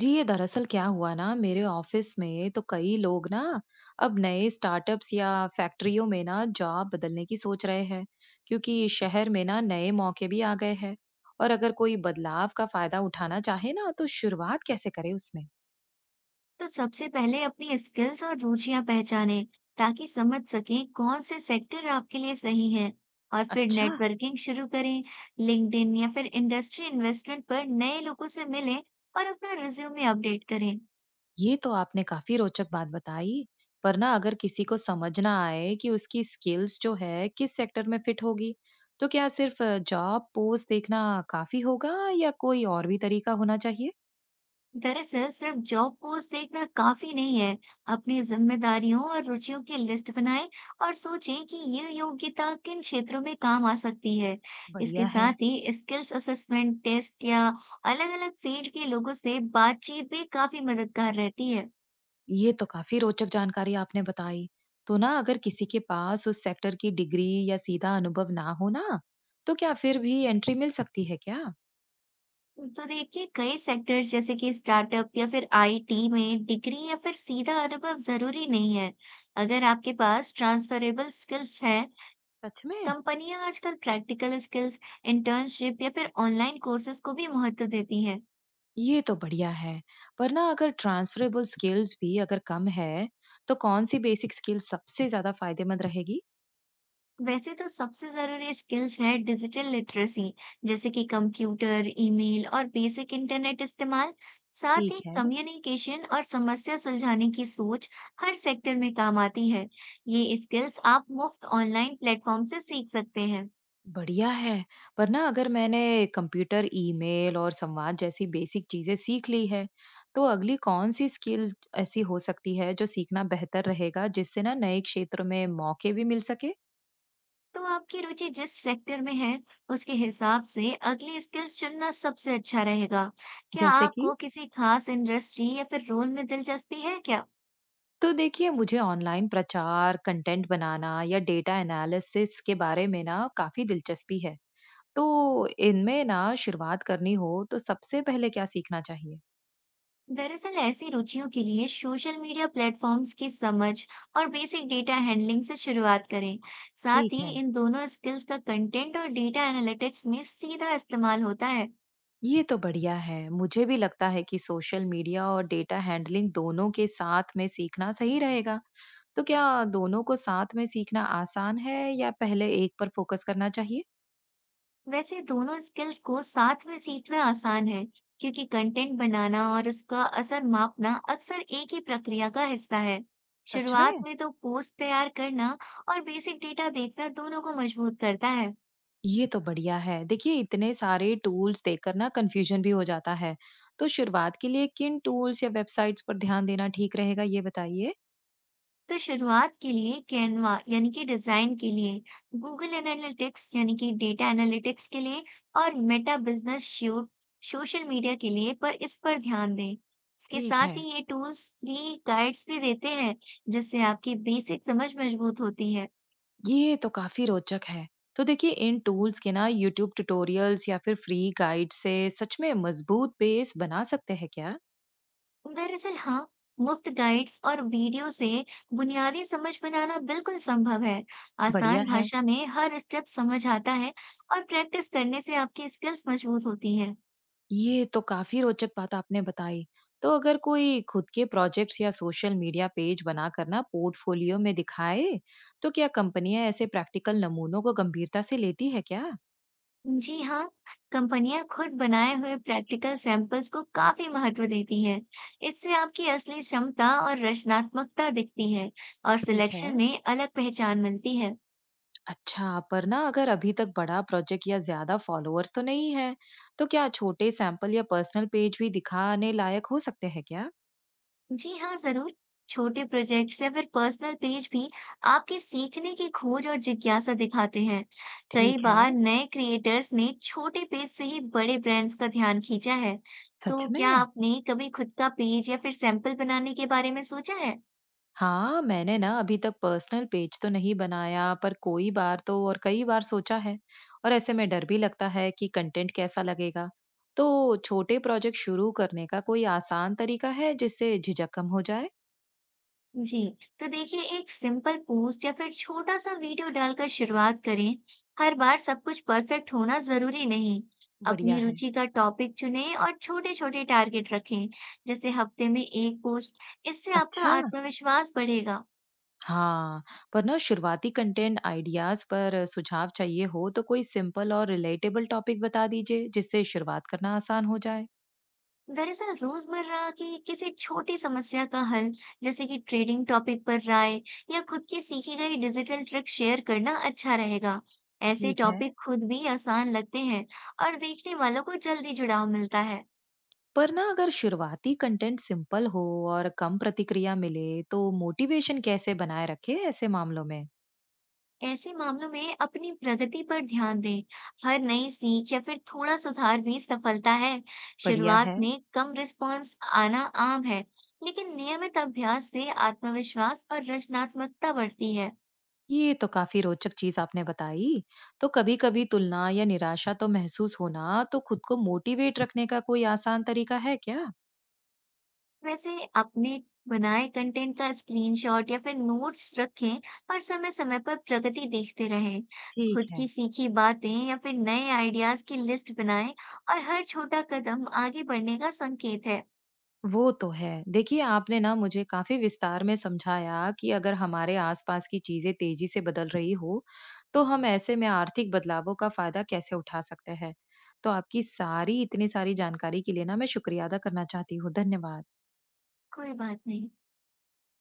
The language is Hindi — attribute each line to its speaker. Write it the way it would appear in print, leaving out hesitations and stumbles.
Speaker 1: जी, ये दरअसल क्या हुआ ना, मेरे ऑफिस में तो कई लोग ना अब नए स्टार्टअप्स या फैक्ट्रियों में ना जॉब बदलने की सोच रहे हैं। क्योंकि शहर में ना नए मौके भी आ गए हैं। और अगर कोई बदलाव का फायदा उठाना चाहे ना, तो शुरुआत कैसे करे उसमें।
Speaker 2: तो सबसे पहले अपनी स्किल्स और रुचियां पहचानें ताकि समझ सकें कौन से सेक्टर आपके लिए सही हैं। और फिर
Speaker 1: अच्छा।
Speaker 2: नेटवर्किंग शुरू करें। लिंक्डइन या फिर इंडस्ट्री इन्वेस्टमेंट पर नए लोगों से मिलें और अपना रिज्यूमे अपडेट करें।
Speaker 1: ये तो आपने काफी रोचक बात बताई। पर ना अगर किसी को समझना आए कि उसकी स्किल्स जो है किस सेक्टर में फिट होगी, तो क्या सिर्फ जॉब पोस्ट देखना काफी होगा, या कोई और भी तरीका होना चाहिए।
Speaker 2: दरअसल सिर्फ जॉब पोस्ट देखना काफी नहीं है। अपनी जिम्मेदारियों और रुचियों की लिस्ट बनाएं और सोचें कि ये योग्यता किन क्षेत्रों में काम आ सकती है। इसके
Speaker 1: बढ़िया है।
Speaker 2: साथ ही स्किल्स असेसमेंट टेस्ट या अलग-अलग फील्ड के लोगों से बातचीत भी काफी मददगार रहती है।
Speaker 1: ये तो काफी रोचक जानकारी आपने बताई। तो ना अगर किसी के पास उस सेक्टर की डिग्री या सीधा अनुभव ना हो ना, तो क्या फिर भी एंट्री मिल सकती है क्या।
Speaker 2: तो देखिए, कई सेक्टर्स जैसे कि स्टार्टअप या फिर आईटी में डिग्री या फिर सीधा अनुभव जरूरी नहीं है। अगर आपके पास ट्रांसफरेबल स्किल्स है,
Speaker 1: सच में।
Speaker 2: कंपनियां आजकल प्रैक्टिकल स्किल्स, इंटर्नशिप या फिर ऑनलाइन कोर्सेज को भी महत्व देती हैं।
Speaker 1: ये तो बढ़िया है। पर ना अगर ट्रांसफरेबल स्किल्स भी अगर कम है, तो कौन सी बेसिक स्किल सबसे ज्यादा फायदेमंद रहेगी।
Speaker 2: वैसे तो सबसे जरूरी स्किल्स है डिजिटल लिटरेसी, जैसे कि कंप्यूटर, ईमेल और बेसिक इंटरनेट इस्तेमाल। साथ
Speaker 1: ठीक
Speaker 2: ही
Speaker 1: है।
Speaker 2: कम्युनिकेशन और समस्या सुलझाने की सोच हर सेक्टर में काम आती है। ये स्किल्स आप मुफ्त ऑनलाइन प्लेटफॉर्म से सीख सकते हैं।
Speaker 1: बढ़िया है। पर ना अगर मैंने कंप्यूटर, ईमेल और संवाद जैसी बेसिक चीजें सीख ली है, तो अगली कौन सी स्किल ऐसी हो सकती है जो सीखना बेहतर रहेगा, जिससे ना नए क्षेत्र में मौके भी मिल सके।
Speaker 2: तो आपकी रुचि जिस सेक्टर में है, उसके हिसाब से अगली स्किल्स चुनना सबसे अच्छा रहेगा। क्या
Speaker 1: जैसे कि
Speaker 2: आपको किसी खास इंडस्ट्री या फिर रोल में दिलचस्पी है क्या?
Speaker 1: तो देखिए मुझे ऑनलाइन प्रचार कंटेंट बनाना या डेटा एनालिसिस के बारे में ना काफी दिलचस्पी है। तो इनमें ना शुरुआत करनी हो तो सबसे पहले क्या सीखना चाहिए।
Speaker 2: दरअसल ऐसी रुचियों के लिए सोशल मीडिया प्लेटफॉर्म्स की समझ और बेसिक डेटा हैंडलिंग से शुरुआत करें। साथ
Speaker 1: ठीक
Speaker 2: ही
Speaker 1: है।
Speaker 2: इन दोनों स्किल्स का कंटेंट और डेटा एनालिटिक्स में सीधा इस्तेमाल होता है।
Speaker 1: ये तो बढ़िया है। मुझे भी लगता है कि सोशल मीडिया और डेटा हैंडलिंग दोनों के साथ में सीखना सही रहेगा। तो क्या दोनों को साथ में सीखना आसान है, या पहले एक पर फोकस करना चाहिए?
Speaker 2: वैसे दोनों स्किल्स को साथ में सीखना आसान है, क्योंकि कंटेंट बनाना और उसका असर मापना अक्सर एक ही प्रक्रिया का हिस्सा है।
Speaker 1: सच
Speaker 2: शुरुआत
Speaker 1: में?
Speaker 2: में तो पोस्ट तैयार करना और बेसिक डेटा देखना दोनों को मजबूत करता है।
Speaker 1: ये तो बढ़िया है। देखिए इतने सारे टूल्स देखकर ना कंफ्यूजन भी हो जाता है। तो शुरुआत के लिए किन टूल्स या वेबसाइट्स पर ध्यान देना ठीक रहेगा, ये बताइए?
Speaker 2: तो शुरुआत के लिए कैनवा यानी कि डिजाइन के लिए, गूगल एनालिटिक्स यानी कि डेटा एनालिटिक्स के लिए, और Meta business show social media के लिए, पर इस पर ध्यान दें। इसके
Speaker 1: ठीक है।
Speaker 2: साथ ही ये टूल्स फ्री गाइड्स भी देते हैं, जिससे आपकी बेसिक समझ मजबूत होती है।
Speaker 1: ये तो काफी रोचक है। तो देखिए इन टूल्स के ना यूट्यूब ट्यूटोरियल्स या फिर फ्री गाइड से सच में मजबूत बेस बना सकते हैं क्या?
Speaker 2: दरअसल हाँ, मुफ्त गाइड्स और वीडियो से बुनियादी समझ बनाना बिल्कुल संभव है।
Speaker 1: बढ़िया
Speaker 2: आसान
Speaker 1: है।
Speaker 2: भाषा में हर स्टेप समझ आता है और प्रैक्टिस करने से आपकी स्किल्स मजबूत होती है।
Speaker 1: ये तो काफी रोचक बात आपने बताई। तो अगर कोई खुद के प्रोजेक्ट्स या सोशल मीडिया पेज बनाकर ना पोर्टफोलियो में दिखाए, तो क्या कंपनियां ऐसे प्रैक्टिकल नमूनों को गंभीरता से लेती है क्या?
Speaker 2: जी हाँ, कंपनियां खुद बनाए हुए प्रैक्टिकल सैंपल्स को काफी महत्व देती हैं। इससे आपकी असली क्षमता और रचनात्मकता दिखती है और
Speaker 1: ठीक
Speaker 2: सिलेक्शन
Speaker 1: है।
Speaker 2: में अलग पहचान मिलती है।
Speaker 1: अच्छा, पर ना अगर अभी तक बड़ा प्रोजेक्ट या ज्यादा फॉलोअर्स तो नहीं है, तो क्या छोटे सैंपल या पर्सनल पेज भी दिखाने लायक हो सकते हैं क्या।
Speaker 2: जी हाँ, जरूर। छोटे प्रोजेक्ट्स या फिर पर्सनल पेज भी आपके सीखने की खोज और जिज्ञासा दिखाते हैं। कई
Speaker 1: ठीक है।
Speaker 2: बार नए क्रिएटर्स ने छोटे पेज से ही बड़े ब्रांड्स का ध्यान खींचा है।
Speaker 1: सच
Speaker 2: तो क्या
Speaker 1: में।
Speaker 2: आपने कभी खुद का पेज या फिर सैंपल बनाने के बारे में सोचा है?
Speaker 1: हाँ, मैंने ना अभी तक पर्सनल पेज तो नहीं बनाया, पर कोई बार तो और कई बार सोचा है। और ऐसे में डर भी लगता है कि कंटेंट कैसा लगेगा। तो छोटे प्रोजेक्ट शुरू करने का कोई आसान तरीका है जिससे झिझक कम हो जाए।
Speaker 2: जी, तो देखिए, एक सिंपल पोस्ट या फिर छोटा सा वीडियो डालकर शुरुआत करें। हर बार सब कुछ परफेक्ट होना जरूरी नहीं।
Speaker 1: बढ़िया
Speaker 2: अपनी
Speaker 1: है।
Speaker 2: रुचि का टॉपिक चुनें और छोटे छोटे टारगेट रखें, जैसे हफ्ते में एक पोस्ट। इससे आपका
Speaker 1: अच्छा।
Speaker 2: आत्मविश्वास बढ़ेगा।
Speaker 1: हाँ, पर ना शुरुआती कंटेंट आइडियाज पर सुझाव चाहिए हो तो कोई सिंपल और रिलेटेबल टॉपिक बता दीजिए, जिससे शुरुआत करना आसान हो जाए।
Speaker 2: दरअसल रोजमर्रा की किसी छोटी समस्या का हल, जैसे कि ट्रेडिंग टॉपिक पर राय या खुद की सीखी गई डिजिटल ट्रिक शेयर करना अच्छा रहेगा। ऐसे
Speaker 1: ठीक है।
Speaker 2: टॉपिक खुद भी आसान लगते हैं और देखने वालों को जल्दी जुड़ाव मिलता है।
Speaker 1: पर ना अगर शुरुआती कंटेंट सिंपल हो और कम प्रतिक्रिया मिले, तो मोटिवेशन कैसे बनाए रखे ऐसे मामलों में।
Speaker 2: ऐसे मामलों में अपनी प्रगति पर ध्यान दें। हर नई सीख या फिर थोड़ा सुधार भी सफलता है।
Speaker 1: बढ़िया है।
Speaker 2: शुरुआत में कम रिस्पॉन्स आना आम है, लेकिन नियमित अभ्यास से आत्मविश्वास और रचनात्मकता बढ़ती है।
Speaker 1: ये तो काफी रोचक चीज आपने बताई। तो कभी कभी तुलना या निराशा तो महसूस होना, तो खुद को मोटिवेट रखने का कोई आसान तरीका है क्या।
Speaker 2: वैसे अपने बनाए कंटेंट का स्क्रीनशॉट या फिर नोट्स रखें और समय समय पर प्रगति देखते रहें।
Speaker 1: ठीक
Speaker 2: खुद
Speaker 1: है।
Speaker 2: की सीखी बातें या फिर नए आइडियाज की लिस्ट बनाएं और हर छोटा कदम आगे बढ़ने का संकेत है।
Speaker 1: वो तो है। देखिए, आपने ना मुझे काफ़ी विस्तार में समझाया कि अगर हमारे आसपास की चीज़ें तेज़ी से बदल रही हो, तो हम ऐसे में आर्थिक बदलावों का फ़ायदा कैसे उठा सकते हैं। तो आपकी सारी इतनी सारी जानकारी के लिए ना मैं शुक्रिया अदा करना चाहती हूँ। धन्यवाद।
Speaker 2: कोई बात नहीं।